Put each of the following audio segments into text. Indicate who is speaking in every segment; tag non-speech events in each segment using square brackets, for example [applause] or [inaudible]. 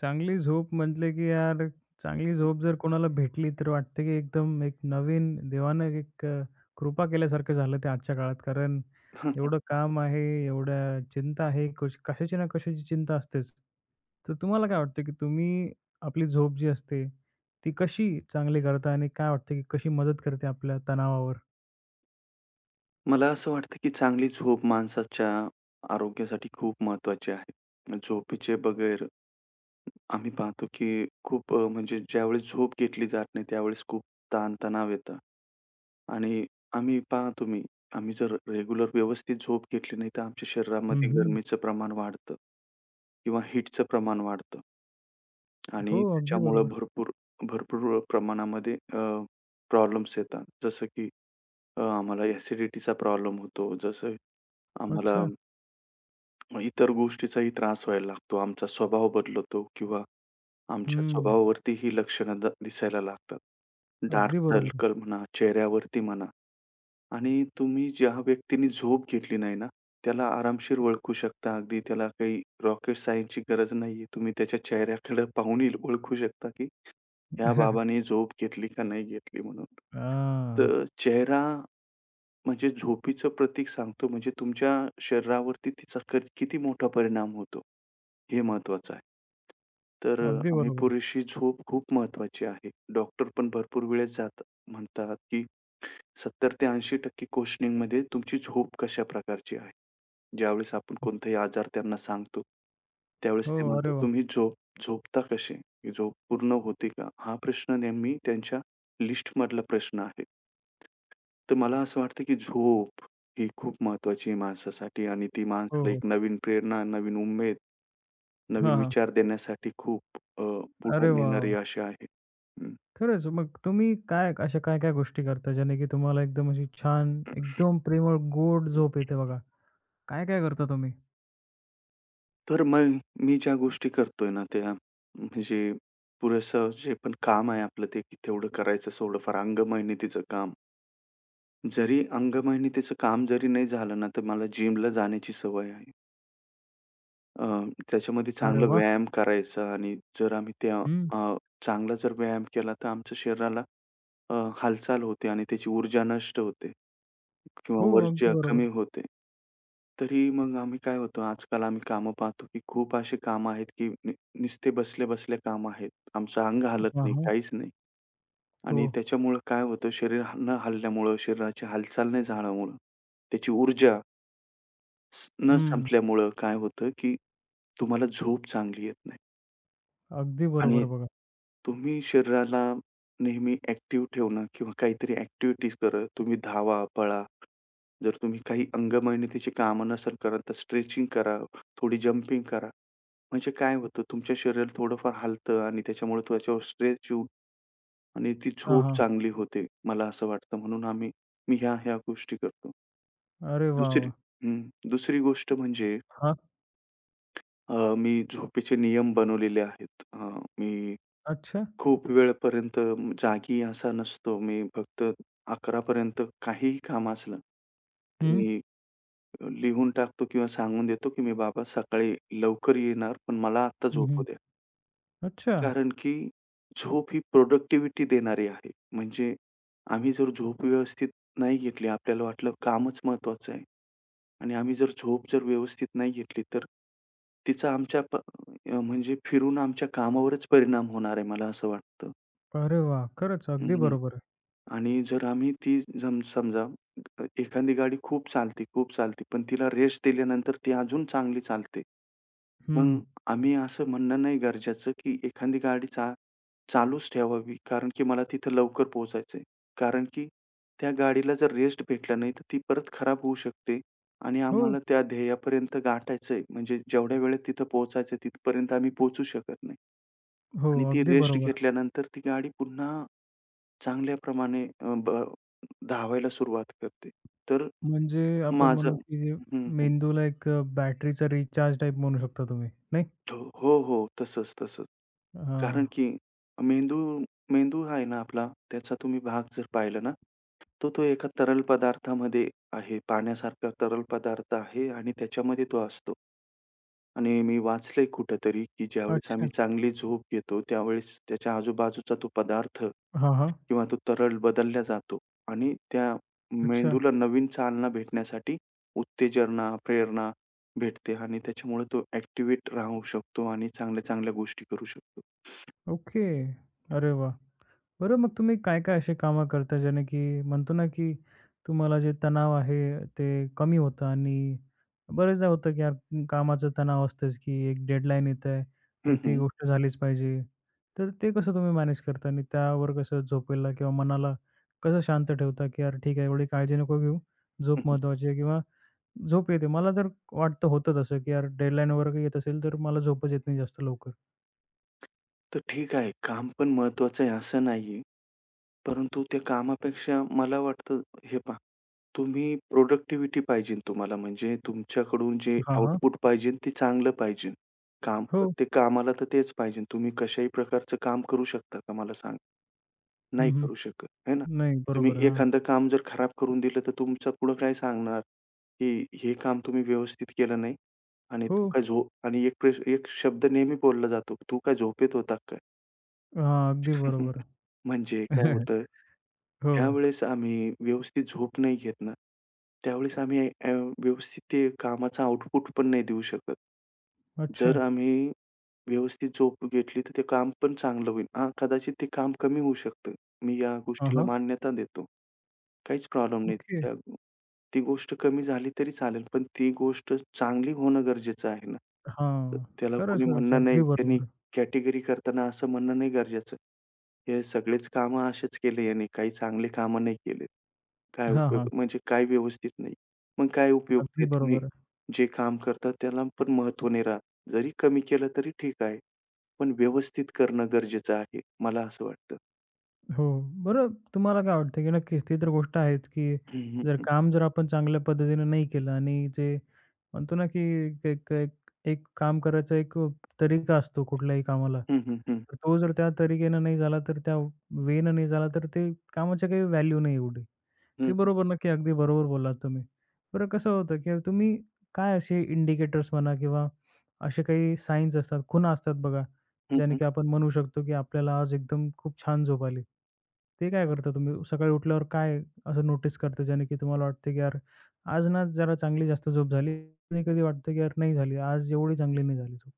Speaker 1: चांगली झोप म्हटलं की यार चांगली झोप जर कोणाला भेटली तर वाटतं की एकदम एक नवीन देवानं एक कृपा केल्यासारखं झालं ते आजच्या काळात. कारण एवढं
Speaker 2: [laughs]
Speaker 1: काम आहे, एवढ्या चिंता आहे, कशाची ना कशाची चिंता असतेच. तर तुम्हाला काय वाटतं की तुम्ही आपली झोप जी असते, ती कशी चांगली करता आणि काय वाटतं की कशी मदत करते आपल्या तणावावर?
Speaker 2: मला असं वाटतं, की चांगली झोप माणसाच्या आरोग्यासाठी खूप महत्त्वाची आहे. झोपेचे बगैर आम्ही पाहतो, की खूप म्हणजे ज्यावेळेस झोप घेतली जात नाही, त्यावेळेस खूप ताण-तणाव येतं आणि आम्ही पहा तुम्ही, आम्ही जर रेग्युलर व्यवस्थित झोप घेतली नाही, तर आमच्या
Speaker 1: हं,
Speaker 2: शरीरामध्ये
Speaker 1: हं.
Speaker 2: गरमीचं प्रमाण वाढतं किंवा हीटचं प्रमाण वाढतं
Speaker 1: हो,
Speaker 2: आणि
Speaker 1: अगदी
Speaker 2: त्याच्यामुळं
Speaker 1: बरोबर.
Speaker 2: भरपूर भरपूर प्रमाणामध्ये प्रॉब्लेम्स येतात. जसं की आम्हाला ॲसिडिटीचा प्रॉब्लेम होतो, जसं आम्हाला
Speaker 1: अच्छा.
Speaker 2: मग इतर गोष्टीचाही त्रास व्हायला लागतो. आमचा स्वभाव बदलतो किंवा आमच्या
Speaker 1: हं.
Speaker 2: स्वभावावरती ही लक्षणं दिसायला लागतात. डार्क
Speaker 1: अगदी बरोबर.
Speaker 2: सर्कल म्हणा, चेहऱ्यावरती म्हणा. आणि तुम्ही ज्या व्यक्तीने झोप घेतली नाही ना, त्याला आरामशीर ओळखू शकता. अगदी त्याला काही रॉकेट सायन्सची गरज नाहीये. तुम्ही त्याच्या चेहऱ्याकडे पाहूनही ओळखू शकता, की ह्या बाबाने
Speaker 1: [laughs]
Speaker 2: झोप घेतली का नाही घेतली म्हणून.
Speaker 1: हां.
Speaker 2: तर चेहरा म्हणजे झोपीचं प्रतीक सांगतो म्हणजे तुमच्या शरीरावरती तिचा किती मोठा परिणाम होतो. हे महत्वाचं आहे. तर
Speaker 1: अगदी
Speaker 2: आम्ही
Speaker 1: बरोबर.
Speaker 2: पुरेशी झोप खूप महत्वाची आहे. डॉक्टर पण भरपूर वेळेस म्हणतात, की 70 ते 80% क्वेशनिंगमध्ये तुमची झोप कशा प्रकारची आहे. ज्यावेळेस आपण कोणताही आजार त्यांना सांगतो, त्यावेळेस
Speaker 1: हो,
Speaker 2: ते
Speaker 1: अरे
Speaker 2: म्हणतात,
Speaker 1: वाह!
Speaker 2: "तुम्ही झोपता कसे? ही झोप पूर्ण होते का?" हा प्रश्न नेहमी त्यांच्या लिस्टमधला प्रश्न आहे. तर मला असं वाटतं, की झोप ही खूप महत्वाची आहे माणसासाठी आणि ती
Speaker 1: हो,
Speaker 2: माणसाला
Speaker 1: हो.
Speaker 2: एक नवीन प्रेरणा, नवीन उमेद, नवीन
Speaker 1: हां, हां.
Speaker 2: विचार देण्यासाठी खूप पुढे
Speaker 1: अरे वाह,
Speaker 2: नेणारी
Speaker 1: वाह!
Speaker 2: अशी आहे. हं.
Speaker 1: खरंच मग तुम्ही काय अशा काय-काय गोष्टी करता ज्याने की तुम्हाला एकदम अशी छान, एकदम प्रेमळ, गोड झोप येते बघा? काय-काय करता तुम्ही?
Speaker 2: तर मग मी ज्या गोष्टी करतोय ना, त्या म्हणजे पुरेसं जे पण काम आहे आपलं ते की तेवढं करायचं थोडंफार अंगमेहनतीचं काम. जरी अंगमेहनतीचं काम जरी नाही झालं ना, तर मला जिमला जाण्याची सवय आहे. अ, त्याच्यामध्ये
Speaker 1: अरे
Speaker 2: चांगला
Speaker 1: वाह!
Speaker 2: व्यायाम करायचा आणि जर आम्ही
Speaker 1: हं.
Speaker 2: अ, चांगला जर व्यायाम केला तर आमच्या शरीराला हालचाल होते आणि त्याची ऊर्जा नष्ट होते किंवा
Speaker 1: हो,
Speaker 2: ऊर्जा
Speaker 1: अगदी
Speaker 2: कमी
Speaker 1: बरोबर.
Speaker 2: होते. तरी मग आम्ही काय होतो, आजकाल आम्ही कामं पाहतो, की खूप अशी कामं आहेत, की नुसते बसल्या-बसल्या कामं आहेत. आमचं अंग हलत
Speaker 1: हां,
Speaker 2: नाही,
Speaker 1: हां.
Speaker 2: काहीच नाही
Speaker 1: हो.
Speaker 2: आणि त्याच्यामुळं काय होतं, शरीर न हलल्यामुळं, शरीराची हालचाल नाही झाल्यामुळं, त्याची ऊर्जा न
Speaker 1: हं.
Speaker 2: संपल्यामुळं काय होतं, की तुम्हाला झोप चांगली येत नाही
Speaker 1: अगदी
Speaker 2: आणि
Speaker 1: बरोबर बघा.
Speaker 2: तुम्ही शरीराला नेहमी ॲक्टिव्ह ठेवणं किंवा काहीतरी ॲक्टिव्हिटीज करा. तुम्ही धावा, पळा. जर तुम्ही काही अंगमेहनतीची कामं नसेल करत, तर स्ट्रेचिंग करा, थोडी जंपिंग करा. म्हणजे काय होतं, तुमच्या शरीर थोडंफार हलतं आणि त्याच्यामुळे त्वचेवर स्ट्रेस येऊन आणि ती
Speaker 1: हां,
Speaker 2: झोप
Speaker 1: हां.
Speaker 2: चांगली होते. मला असं वाटतं म्हणून आम्ही मी ह्या-ह्या गोष्टी करतो.
Speaker 1: अरे वाह,
Speaker 2: दुसरी
Speaker 1: वाह!
Speaker 2: हं. दुसरी गोष्ट म्हणजे
Speaker 1: हां.
Speaker 2: मी झोपेचे नियम बनवलेले आहेत. मी
Speaker 1: अच्छा.
Speaker 2: खूप वेळपर्यंत जागी असा नसतो. मी फक्त 11 पर्यंत काहीही काम असलं, तर
Speaker 1: हं.
Speaker 2: मी लिहून टाकतो किंवा सांगून देतो, की "मी बाबा सकाळी लवकर येणार, पण मला आत्ता
Speaker 1: हं,
Speaker 2: झोपू
Speaker 1: हं.
Speaker 2: द्या."
Speaker 1: अच्छा.
Speaker 2: कारण की झोप ही प्रोडक्टिव्हिटी देणारी आहे. म्हणजे आम्ही जर झोप व्यवस्थित नाही घेतली, आपल्याला वाटलं कामच महत्त्वाचं आहे आणि आम्ही जर झोप जर व्यवस्थित नाही घेतली, तर तिचा आमच्या म्हणजे फिरून आमच्या कामावरच परिणाम होणार आहे, मला असं वाटतं.
Speaker 1: अरे वाह! खरंच अगदी
Speaker 2: हं.
Speaker 1: बरोबर आहे.
Speaker 2: आणि जर आम्ही ती जम समजा एखादी गाडी खूप चालते, खूप चालते, पण तिला रेस्ट दिल्यानंतर ती अजून चांगली चालते. मग
Speaker 1: हं.
Speaker 2: आम्ही असं म्हणणं नाही गरजेचं, की एखादी गाडी चालूच ठेवावी, कारण की मला तिथं लवकर पोहोचायचंय. कारण की त्या गाडीला जर रेस्ट भेटला नाही, तर ती परत खराब होऊ शकते आणि
Speaker 1: हो,
Speaker 2: आम्हाला त्या ध्येयापर्यंत गाठायचंय. म्हणजे जेवढ्या वेळेत तिथं पोहोचायचं तिथपर्यंत आम्ही पोहोचू शकत नाही
Speaker 1: हो.
Speaker 2: आणि ती
Speaker 1: अगदी
Speaker 2: रेस्ट
Speaker 1: बरोबर आहे.
Speaker 2: घेतल्यानंतर ती गाडी पुन्हा चांगल्याप्रमाणे अ, ब धावायला सुरुवात करते. तर
Speaker 1: म्हणजे आपण म्हणू
Speaker 2: माझं.
Speaker 1: की
Speaker 2: हं, हं.
Speaker 1: मेंदूला एक बॅटरीचा रिचार्ज टाइप म्हणू शकता तुम्ही, नाही?
Speaker 2: हो, हो, हो. तसंच, तसंच.
Speaker 1: हां.
Speaker 2: कारण की मेंदू मेंदू आहे ना आपला, त्याचा तुम्ही भाग जर पाहिला ना, तो तो एका तरल पदार्थामध्ये आहे. पाण्यासारखा तरल पदार्थ आहे आणि त्याच्यामध्ये तो असतो. आणि मी वाचलंय कुठेतरी, की ज्यावेळेस आम्ही
Speaker 1: अच्छा.
Speaker 2: चांगली झोप घेतो, त्यावेळेस त्याच्या आजूबाजूचा तो पदार्थ
Speaker 1: हां, हां.
Speaker 2: किंवा तो तरल बदलला जातो आणि त्या
Speaker 1: अच्छा.
Speaker 2: मेंदूला नवीन चालना भेटण्यासाठी उत्तेजना, प्रेरणा भेटते आणि त्याच्यामुळे तो ॲक्टिव्हेट राहू शकतो आणि चांगल्या-चांगल्या गोष्टी करू शकतो.
Speaker 1: ओके. अरे वाह! बरं मग तुम्ही काय-काय अशी कामं करता ज्याने की म्हणतो ना, की तुम्हाला जे तणाव आहे ते कमी होतं आणि बरेचदा होतं की यार कामाचा तणाव असतोच की एक डेडलाईन येत आहे, तर
Speaker 2: हं,
Speaker 1: ती
Speaker 2: हं.
Speaker 1: गोष्ट झालीच पाहिजे. तर ते कसं तुम्ही मॅनेज करता आणि त्यावर कसं झोपेला किंवा मनाला कसं शांत ठेवता, की यार ठीक आहे एवढी काळजी नको घेऊ,
Speaker 2: हं,
Speaker 1: झोप
Speaker 2: हं.
Speaker 1: महत्त्वाची आहे किंवा झोप येते. मला जर वाटतं होतं तसं, की यार डेडलाईन वगैरे येत असेल, तर मला झोपच येत नाही जास्त लवकर.
Speaker 2: तर ठीक आहे, काम पण महत्वाचं आहे असं नाहीये. परंतु त्या कामापेक्षा मला वाटतं हे तुम्ही प्रॉडक्टिव्हिटी पाहिजे तुम्हाला म्हणजे तुमच्याकडून जे
Speaker 1: हां, हां.
Speaker 2: आउटपुट पाहिजे ते चांगलं पाहिजे. काम
Speaker 1: हो.
Speaker 2: प्रत्येक कामाला तर तेच पाहिजे. तुम्ही कशाही प्रकारचं काम करू शकता का मला सांगा? नाही
Speaker 1: हं, हं.
Speaker 2: करू शकत, है ना?
Speaker 1: नाही,
Speaker 2: तुम्ही
Speaker 1: बरोबर हां.
Speaker 2: एखादं काम जर खराब करून दिलं तर तुमचं पुढं काय सांगणार, की हे काम तुम्ही व्यवस्थित केलं नाही आणि
Speaker 1: हो.
Speaker 2: तू काय झो आणि एक प्रश्न एक शब्द नेहमी बोलला जातो, "तू काय झोपेत होता काय?"
Speaker 1: हां, अगदी बरोबर.
Speaker 2: [laughs] म्हणजे काय होतं
Speaker 1: [laughs] हो.
Speaker 2: ज्यावेळेस आम्ही व्यवस्थित झोप नाही घेत ना, त्यावेळेस आम्ही व्यवस्थित ते कामाचा आउटपुट पण नाही देऊ शकत.
Speaker 1: अच्छा.
Speaker 2: जर आम्ही व्यवस्थित झोप घेतली, तर ते काम पण चांगलं होईल. हां, कदाचित ते काम कमी होऊ शकतं. मी या
Speaker 1: हां,
Speaker 2: गोष्टीला
Speaker 1: हां.
Speaker 2: मान्यता देतो. काहीच प्रॉब्लेम नाही.
Speaker 1: ओके.
Speaker 2: ती गोष्ट कमी झाली तरी चालेल, पण ती गोष्ट चांगली होणं गरजेचं आहे ना. तर
Speaker 1: हां.
Speaker 2: त्याला
Speaker 1: खरंच,
Speaker 2: कोणी
Speaker 1: खरंच.
Speaker 2: म्हणणं नाही.
Speaker 1: अगदी
Speaker 2: त्यांनी
Speaker 1: बरोबर.
Speaker 2: कॅटेगरी करताना असं म्हणणं नाही गरजेचं. हे सगळेच कामं असेच केले याने, काही चांगले कामं नाही केले. काय
Speaker 1: हां,
Speaker 2: उपयोग
Speaker 1: हां.
Speaker 2: म्हणजे काय व्यवस्थित नाही. मग काय उपयोग ते
Speaker 1: अगदी
Speaker 2: तुम्ही
Speaker 1: बरोबर
Speaker 2: जे काम करता त्याला पण महत्त्व नाही राहत. जरी कमी केलं तरी ठीक आहे. पण व्यवस्थित करणं गरजेचं आहे, मला असं वाटतं.
Speaker 1: हो. बरं तुम्हाला काय वाटतं, की नक्कीच ती तर गोष्ट आहेच, की
Speaker 2: हं, हं,
Speaker 1: जर
Speaker 2: हं.
Speaker 1: काम जर आपण चांगल्या पद्धतीने नाही केलं आणि जे म्हणतो ना, की एक एक एक काम करायचा एक तरीका असतो कुठल्याही कामाला.
Speaker 2: हं, हं, हं.
Speaker 1: तर तो जर त्या तरीकेनं नाही झाला, तर त्या वेनं नाही झाला, तर ते कामाची काही व्हॅल्यू नाही एवढी. ते
Speaker 2: हं, हं.
Speaker 1: बरोबर नक्की अगदी बरोबर बोललात तुम्ही. बरं कसं होतं, की तुम्ही काय असे इंडिकेटर्स म्हणा किंवा असे काही सायन्स असतात, खुणा असतात बघा, ज्याने की आपण म्हणू शकतो, की आपल्याला आज एकदम खूप छान झोप आली. ते काय करता तुम्ही? सकाळी उठल्यावर काय असं नोटीस करता, ज्याने की तुम्हाला वाटतं, की यार आज ना जरा चांगली जास्त झोप झाली. कधी-कधी वाटतं, की यार नाही झाली, आज एवढी चांगली नाही झाली झोप.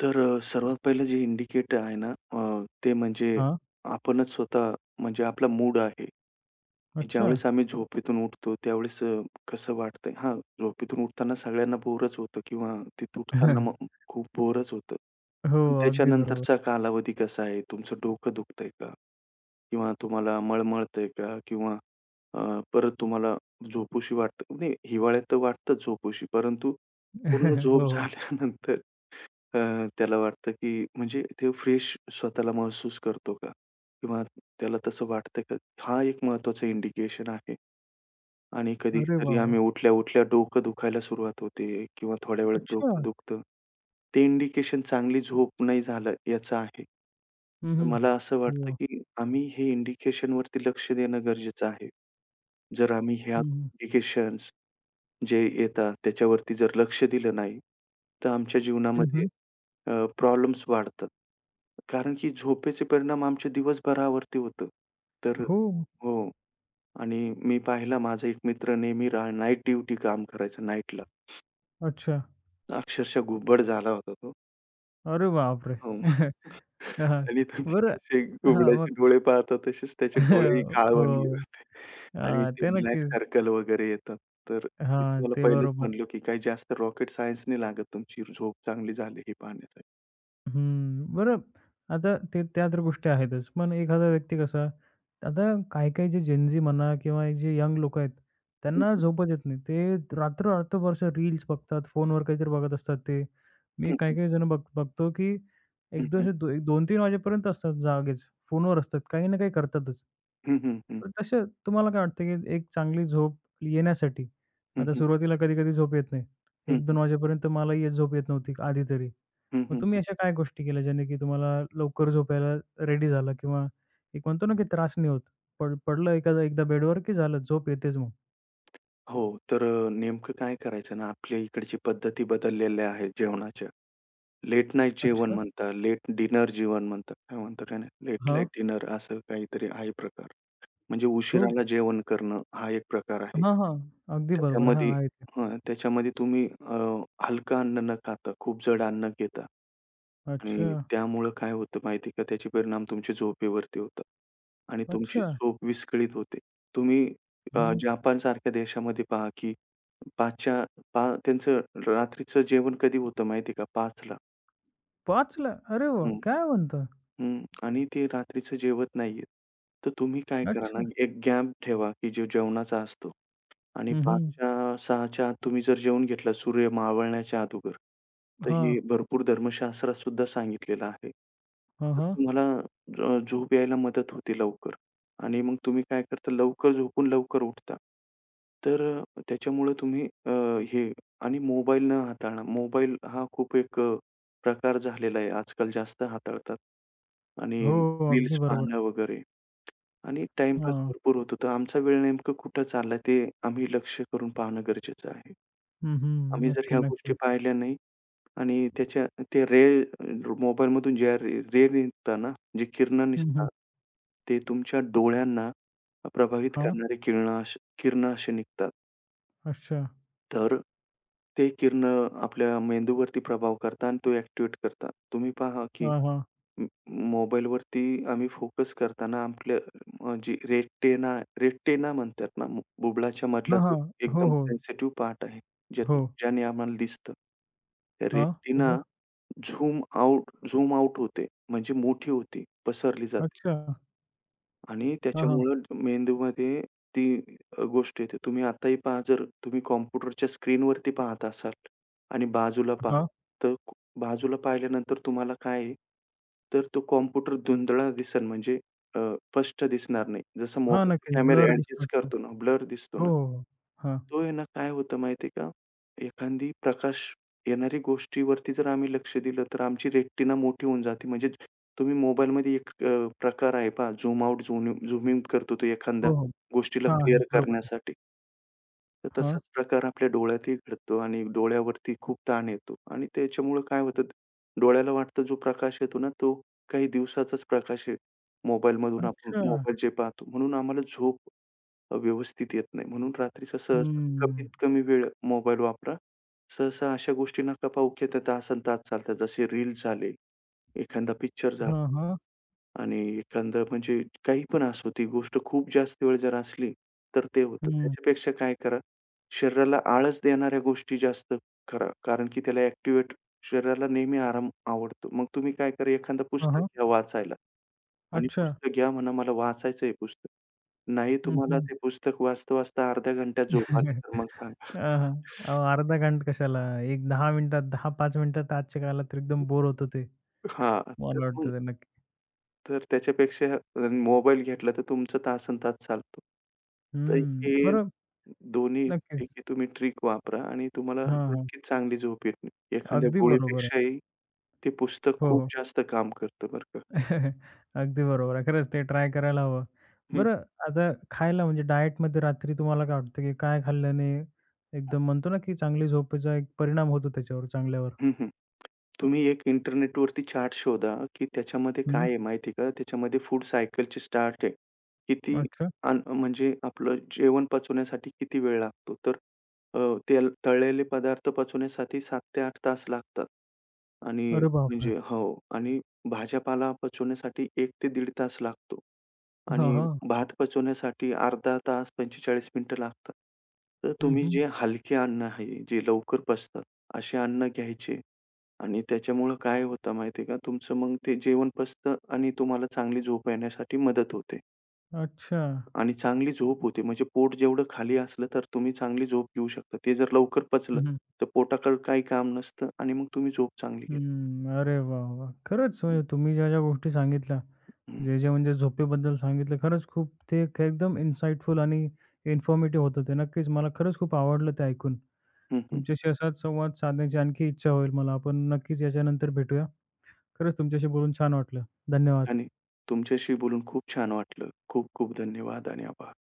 Speaker 2: तर सर्वात पहिलं जे इंडिकेटर आहे ना, ते म्हणजे
Speaker 1: हां,
Speaker 2: आपणच स्वतः म्हणजे आपला मूड आहे.
Speaker 1: अच्छा.
Speaker 2: ज्यावेळेस आम्ही झोपेतून उठतो, त्यावेळेस कसं वाटतंय? हां, झोपेतून उठताना सगळ्यांना बोरच होतं किंवा तिथं उठताना
Speaker 1: [laughs]
Speaker 2: मग खूप बोरच होतं.
Speaker 1: हो,
Speaker 2: पण
Speaker 1: अगदी बरोबर.
Speaker 2: त्याच्यानंतरचा कालावधी कसा आहे? तुमचं डोकं दुखतंय का? किंवा तुम्हाला मळमळतंय का? किंवा अ, परत तुम्हाला झोपूशी वाटतं? नाही, हिवाळ्यात तर वाटतंच झोपूशी, परंतु पूर्ण
Speaker 1: [laughs] हो,
Speaker 2: झोप
Speaker 1: हो.
Speaker 2: झाल्यानंतर त्याला वाटतं, की म्हणजे ते फ्रेश स्वतःला महसूस करतो का? किंवा त्याला तसं वाटतं का? हा एक महत्त्वाचा इंडिकेशन आहे. आणि
Speaker 1: अरे
Speaker 2: कधीतरी
Speaker 1: वाह, वाह!
Speaker 2: आम्ही उठल्या-उठल्या डोकं दुखायला सुरुवात होते किंवा थोड्या वेळात
Speaker 1: अच्छा.
Speaker 2: डोकं दुखतं. ते इंडिकेशन चांगली झोप नाही झालं याचं आहे.
Speaker 1: हं,
Speaker 2: तर
Speaker 1: हं.
Speaker 2: मला असं वाटतं,
Speaker 1: हो.
Speaker 2: की आम्ही हे इंडिकेशनवरती लक्ष देणं गरजेचं आहे. जर आम्ही ह्या
Speaker 1: हं, हं.
Speaker 2: इंडिकेशन्स जे येतात त्याच्यावरती जर लक्ष दिलं नाही, तर आमच्या जीवनामध्ये
Speaker 1: हं,
Speaker 2: प्रॉब्लेम्स वाढतात. कारण की झोपेचे परिणाम आमच्या दिवसभरावरती होतं. तर
Speaker 1: हो.
Speaker 2: हो. आणि मी पाहिला माझा एक मित्र नेहमी नाईट ड्युटी काम करायचा नाईटला.
Speaker 1: अच्छा.
Speaker 2: अक्षरशः घुबड झाला होता तो.
Speaker 1: अरे बापरे!
Speaker 2: हो.
Speaker 1: [laughs]
Speaker 2: [laughs]
Speaker 1: हां.
Speaker 2: आणि तुम्ही
Speaker 1: बरं
Speaker 2: जसे
Speaker 1: हां, मग
Speaker 2: घुबडाचे डोळे पाहता तसेच त्याचे डोळेही
Speaker 1: [laughs]
Speaker 2: काळवंडले
Speaker 1: हो.
Speaker 2: होते.
Speaker 1: अ,
Speaker 2: आणि ते
Speaker 1: ते
Speaker 2: ब्लॅक
Speaker 1: नक्कीच.
Speaker 2: सर्कल वगैरे येतात. तर मी
Speaker 1: हां,
Speaker 2: तुम्हाला
Speaker 1: ते
Speaker 2: पहिलेच
Speaker 1: बरोबर.
Speaker 2: म्हणलो की काही जास्त रॉकेट सायन्स नाही लागत तुमची झोप चांगली झाली हे पाहण्यासाठी.
Speaker 1: हं, बरं आता ते त्या तर गोष्टी आहेतच. पण एखादा व्यक्ती कसा आता काही-काही जे जेन म्हणा किंवा हे जे यंग लोकं आहेत,
Speaker 2: हं,
Speaker 1: त्यांना
Speaker 2: हं.
Speaker 1: झोपच येत नाही. ते रात्र-रात्रभर असे रील्स बघतात, फोनवर काहीतरी बघत असतात ते. मी
Speaker 2: हं, हं.
Speaker 1: काही-काही जण बघतो, की
Speaker 2: हं,
Speaker 1: एक
Speaker 2: हं.
Speaker 1: असे 2-3 वाजेपर्यंत असतात जागेच. फोनवर असतात, काही ना काही करतातच.
Speaker 2: हं, हं.
Speaker 1: तर तसं तुम्हाला काय वाटतं, की एक चांगली झोप येण्यासाठी आता सुरुवातीला कधी-कधी झोप येत नाही.
Speaker 2: हं, हं.
Speaker 1: 1-2 वाजेपर्यंत मलाही झोप येत नव्हती आधी तरी.
Speaker 2: हं,
Speaker 1: मग
Speaker 2: हं,
Speaker 1: तुम्ही
Speaker 2: हं.
Speaker 1: अशा काय गोष्टी केल्या ज्याने की तुम्हाला लवकर झोपायला रेडी झाला किंवा एक म्हणतो ना की त्रास नाही होत. पडलं एखादा एकदा बेडवर की झालं झोप येतेच मग.
Speaker 2: हो, तर नेमकं काय करायचं ना, आपल्या इकडची पद्धती बदललेल्या आहेत जेवणाच्या. लेट नाईट जेवण
Speaker 1: अच्छा.
Speaker 2: म्हणतात, लेट डिनर जेवण म्हणतात. काय म्हणता काय नाही, लेट
Speaker 1: हां.
Speaker 2: नाईट डिनर असं काहीतरी आहे प्रकार. म्हणजे
Speaker 1: हो.
Speaker 2: उशिराला जेवण करणं हा एक प्रकार आहे.
Speaker 1: हां, हां. अगदी बरोबर. हां,
Speaker 2: त्याच्यामध्ये
Speaker 1: आहे ते.
Speaker 2: त्याच्यामध्ये तुम्ही हलकं अन्न न खाता खूप जड अन्न घेता
Speaker 1: अच्छा,
Speaker 2: आणि त्यामुळं काय होतं माहिती आहे का, त्याचे परिणाम तुमच्या झोपेवरती होतात आणि तुमची
Speaker 1: अच्छा.
Speaker 2: झोप विस्कळीत होते. तुम्ही
Speaker 1: हं.
Speaker 2: जापानसारख्या देशामध्ये पहा, की 5च्या पा त्यांचं रात्रीचं जेवण कधी होतं माहिती आहे का? 5ला.
Speaker 1: 5 ला? अरे वाह!
Speaker 2: हं,
Speaker 1: काय म्हणता?
Speaker 2: हं. आणि ते रात्रीचं जेवत नाहीयेत. तर तुम्ही काय करा ना,
Speaker 1: अच्छा.
Speaker 2: एक गॅप ठेवा, की जो जेवणाचा असतो. आणि
Speaker 1: हं, हं.
Speaker 2: 5च्या 6च्या आत तुम्ही जर जेवून घेतला सूर्य मावळण्याच्या अगोदर, तर
Speaker 1: हां.
Speaker 2: हे भरपूर धर्मशास्त्रात सुद्धा सांगितलेलं आहे.
Speaker 1: हां,
Speaker 2: तर
Speaker 1: हां.
Speaker 2: तुम्हाला झोप यायला मदत होते लवकर आणि मग तुम्ही काय करता लवकर झोपून लवकर उठता. तर त्याच्यामुळे तुम्ही अ, हे आणि मोबाईल न हाताळणं. मोबाईल हा खूप एक प्रकार झालेला आहे आजकाल जास्त हाताळतात आणि
Speaker 1: हो, अगदी
Speaker 2: रील्स
Speaker 1: बरोबर.
Speaker 2: पाहणं वगैरे. आणि टाईमपास
Speaker 1: हां.
Speaker 2: भरपूर होत होता. आमचा वेळ नेमकं कुठं चाललाय ते आम्ही लक्ष करून पाहणं गरजेचं आहे.
Speaker 1: हं,
Speaker 2: आम्ही
Speaker 1: हं.
Speaker 2: जर
Speaker 1: नक्की,
Speaker 2: ह्या गोष्टी
Speaker 1: नक्की.
Speaker 2: पाहिल्या नाही आणि त्याच्या ते रे मोबाईलमधून ज्या रे रे निघतात ना, जी किरणं
Speaker 1: हं, हं.
Speaker 2: निघतात, ते तुमच्या डोळ्यांना प्रभावित
Speaker 1: हां.
Speaker 2: करणारे किरण असे किरणं असे निघतात.
Speaker 1: अच्छा.
Speaker 2: तर ते किरणं आपल्या मेंदूवरती प्रभाव करतात आणि तो ॲक्टिव्हेट करतात. तुम्ही पहा की
Speaker 1: हां, हां.
Speaker 2: म मोबाईलवरती आम्ही फोकस करताना आपल्या जी रेटिना रेटिना म्हणतात ना, बुबुळाच्या मधला
Speaker 1: हां,
Speaker 2: जो
Speaker 1: हां. हो,
Speaker 2: एकदम
Speaker 1: हो.
Speaker 2: सेन्सिटिव्ह पार्ट आहे, ज्यात
Speaker 1: हो.
Speaker 2: ज्याने आम्हाला दिसतं. त्या
Speaker 1: हां.
Speaker 2: रेटिना
Speaker 1: त्याचं?
Speaker 2: झूम आउट होते, म्हणजे मोठी होते, पसरली जाते.
Speaker 1: अच्छा.
Speaker 2: आणि
Speaker 1: हां, हां.
Speaker 2: त्याच्यामुळं मेंदूमध्ये ती गोष्ट येते. तुम्ही आताही पहा जर तुम्ही कॉम्प्युटरच्या स्क्रीनवरती पाहत असाल आणि बाजूला पहा, हं.
Speaker 1: हां,
Speaker 2: तर बाजूला पाहिल्यानंतर तुम्हाला काय आहे, तर तो कॉम्प्युटर धुंदळा दिसन म्हणजे स्पष्ट दिसणार नाही. जसं
Speaker 1: हां,
Speaker 2: मोबाईलचे
Speaker 1: नक्की.
Speaker 2: कॅमेरे
Speaker 1: ब्लर दिसतो
Speaker 2: ॲडजस्ट
Speaker 1: तो.
Speaker 2: करतो ना, ब्लर दिसतो
Speaker 1: हो,
Speaker 2: ना.
Speaker 1: हो, हो. हां.
Speaker 2: तो आहे ना, काय होतं माहिती आहे का? एखादी प्रकाश येणारी गोष्टीवरती जर आम्ही लक्ष दिलं, तर आमची रेटिना मोठी होऊन जाते. म्हणजे तुम्ही मोबाईलमध्ये एक प्रकार आहे पहा zoom out, zoom zoom in करतो तो एखाद्या
Speaker 1: हो, हो.
Speaker 2: गोष्टीला
Speaker 1: हां, हां.
Speaker 2: क्लिअर
Speaker 1: बरोबर.
Speaker 2: करण्यासाठी. तर
Speaker 1: हां.
Speaker 2: तसाच प्रकार आपल्या डोळ्यातही घडतो आणि डोळ्यावरती खूप ताण येतो आणि त्याच्यामुळं काय होतं, डोळ्याला वाटतं जो प्रकाश येतो ना, तो काही दिवसाचाच प्रकाश आहे. मोबाईलमधून आपण
Speaker 1: अच्छा.
Speaker 2: मोबाईल जे पाहतो. म्हणून आम्हाला झोप व्यवस्थित येत नाही. म्हणून रात्रीचा हं. सहसा कमीत
Speaker 1: हम्म.
Speaker 2: कमी वेळ मोबाईल वापरा. सहसा अशा गोष्टी नका पाहू, की त्या तासंतास चालतात. जसे रील्स झाले, एखादा पिक्चर झाला
Speaker 1: हां, हां.
Speaker 2: आणि एखादं म्हणजे काही पण असो, ती गोष्ट खूप जास्त वेळ जर असली, तर ते होतं.
Speaker 1: हं.
Speaker 2: त्याच्यापेक्षा काय करा, शरीराला आळस देणाऱ्या गोष्टी जास्त करा. कारण की त्याला ॲक्टिव्हेट शरीराला नेहमी आराम आवडतो. मग तुम्ही काय करा, एखादं
Speaker 1: हां,
Speaker 2: पुस्तक
Speaker 1: हां.
Speaker 2: घ्या वाचायला. आणि
Speaker 1: अच्छा.
Speaker 2: पुस्तक घ्या म्हणा, मला वाचायचं आहे पुस्तक. नाही
Speaker 1: हं,
Speaker 2: तुम्हाला
Speaker 1: हं.
Speaker 2: ते पुस्तक वाचता-वाचता अर्ध्या घंट्यात झोप आली तर मग
Speaker 1: [laughs] हां,
Speaker 2: सांगा.
Speaker 1: हां. अहो, अर्धा घंटा कशाला? एक 10 मिनिटात 10-5 मिनिटात आजच्या काळाला तर एकदम बोर होतं ते.
Speaker 2: हां, तर
Speaker 1: मला
Speaker 2: मग
Speaker 1: वाटतं ते नक्की.
Speaker 2: तर त्याच्यापेक्षा मोबाईल घेतला तर तुमचं तासनतास चालतो. तर
Speaker 1: हं.
Speaker 2: हे
Speaker 1: बरं, नक्कीच.
Speaker 2: दोन्हीपैकी तुम्ही ट्रिक वापरा आणि तुम्हाला
Speaker 1: हां, हां.
Speaker 2: नक्कीच चांगली झोप येईल. एखाद्या
Speaker 1: अगदी बरोबर आहे.
Speaker 2: गोळीपेक्षाही ते पुस्तक
Speaker 1: हो,
Speaker 2: खूप
Speaker 1: हो.
Speaker 2: जास्त काम करतं बरं का.
Speaker 1: [laughs] अगदी बरोबर आहे. खरंच ते ट्राय करायला हवं. बरं आता खायला म्हणजे डायटमध्ये रात्री तुम्हाला काय वाटतं, की काय खाल्ल्याने एकदम म्हणतो ना, की चांगली झोपेचा एक परिणाम होतो त्याच्यावर चांगल्यावर?
Speaker 2: हं, हं. तुम्ही एक इंटरनेटवरती चार्ट शोधा, की त्याच्यामध्ये काय
Speaker 1: हं,
Speaker 2: आहे माहिती आहे का? त्याच्यामध्ये फूड सायकलची चार्ट आहे. किती
Speaker 1: अच्छा.
Speaker 2: अन्न म्हणजे आपलं जेवण पचवण्यासाठी किती वेळ लागतो? तर अ, तेल तळलेले पदार्थ पचवण्यासाठी 7 ते 8 तास लागतात. आणि
Speaker 1: अरे बापरे!
Speaker 2: म्हणजे हो. आणि भाज्यापाला पचवण्यासाठी 1 ते 1.5 तास लागतो.
Speaker 1: हां,
Speaker 2: आणि
Speaker 1: हां.
Speaker 2: भात पचवण्यासाठी अर्धा तास 45 मिनिटं लागतात. तर
Speaker 1: हं,
Speaker 2: तुम्ही
Speaker 1: हं.
Speaker 2: जे हलके अन्न आहे, जे लवकर पचतं असे अन्न घ्यायचे आणि त्याच्यामुळं काय होतं माहिती का, तुमचं मग ते जेवण पचतं आणि तुम्हाला चांगली झोप येण्यासाठी मदत होते
Speaker 1: अच्छा.
Speaker 2: आणि चांगली झोप होते. म्हणजे पोट जेवढं खाली असलं, तर तुम्ही चांगली झोप घेऊ शकता. ते जर लवकर पचलं,
Speaker 1: हं, हं.
Speaker 2: तर पोटाकडे काही काम नसतं आणि मग तुम्ही झोप चांगली घेता.
Speaker 1: अरे वाह, वाह! खरंच म्हणजे तुम्ही ज्या-ज्या गोष्टी सांगितल्या,
Speaker 2: हं,
Speaker 1: जे-जे म्हणजे झोपेबद्दल सांगितलं खरंच खूप ते एक एकदम इन्साईटफुल आणि इन्फॉर्मेटिव्ह होतं ते. नक्कीच मला खरंच खूप आवडलं ते ऐकून.
Speaker 2: हं, हं.
Speaker 1: तुमच्याशी असाच संवाद साधण्याची आणखी इच्छा होईल मला. आपण नक्कीच याच्यानंतर भेटूया. खरंच तुमच्याशी बोलून छान वाटलं.
Speaker 2: आणि
Speaker 1: धन्यवाद.
Speaker 2: तुमच्याशी बोलून खूप छान वाटलं. खूप खूप धन्यवाद आणि आभार.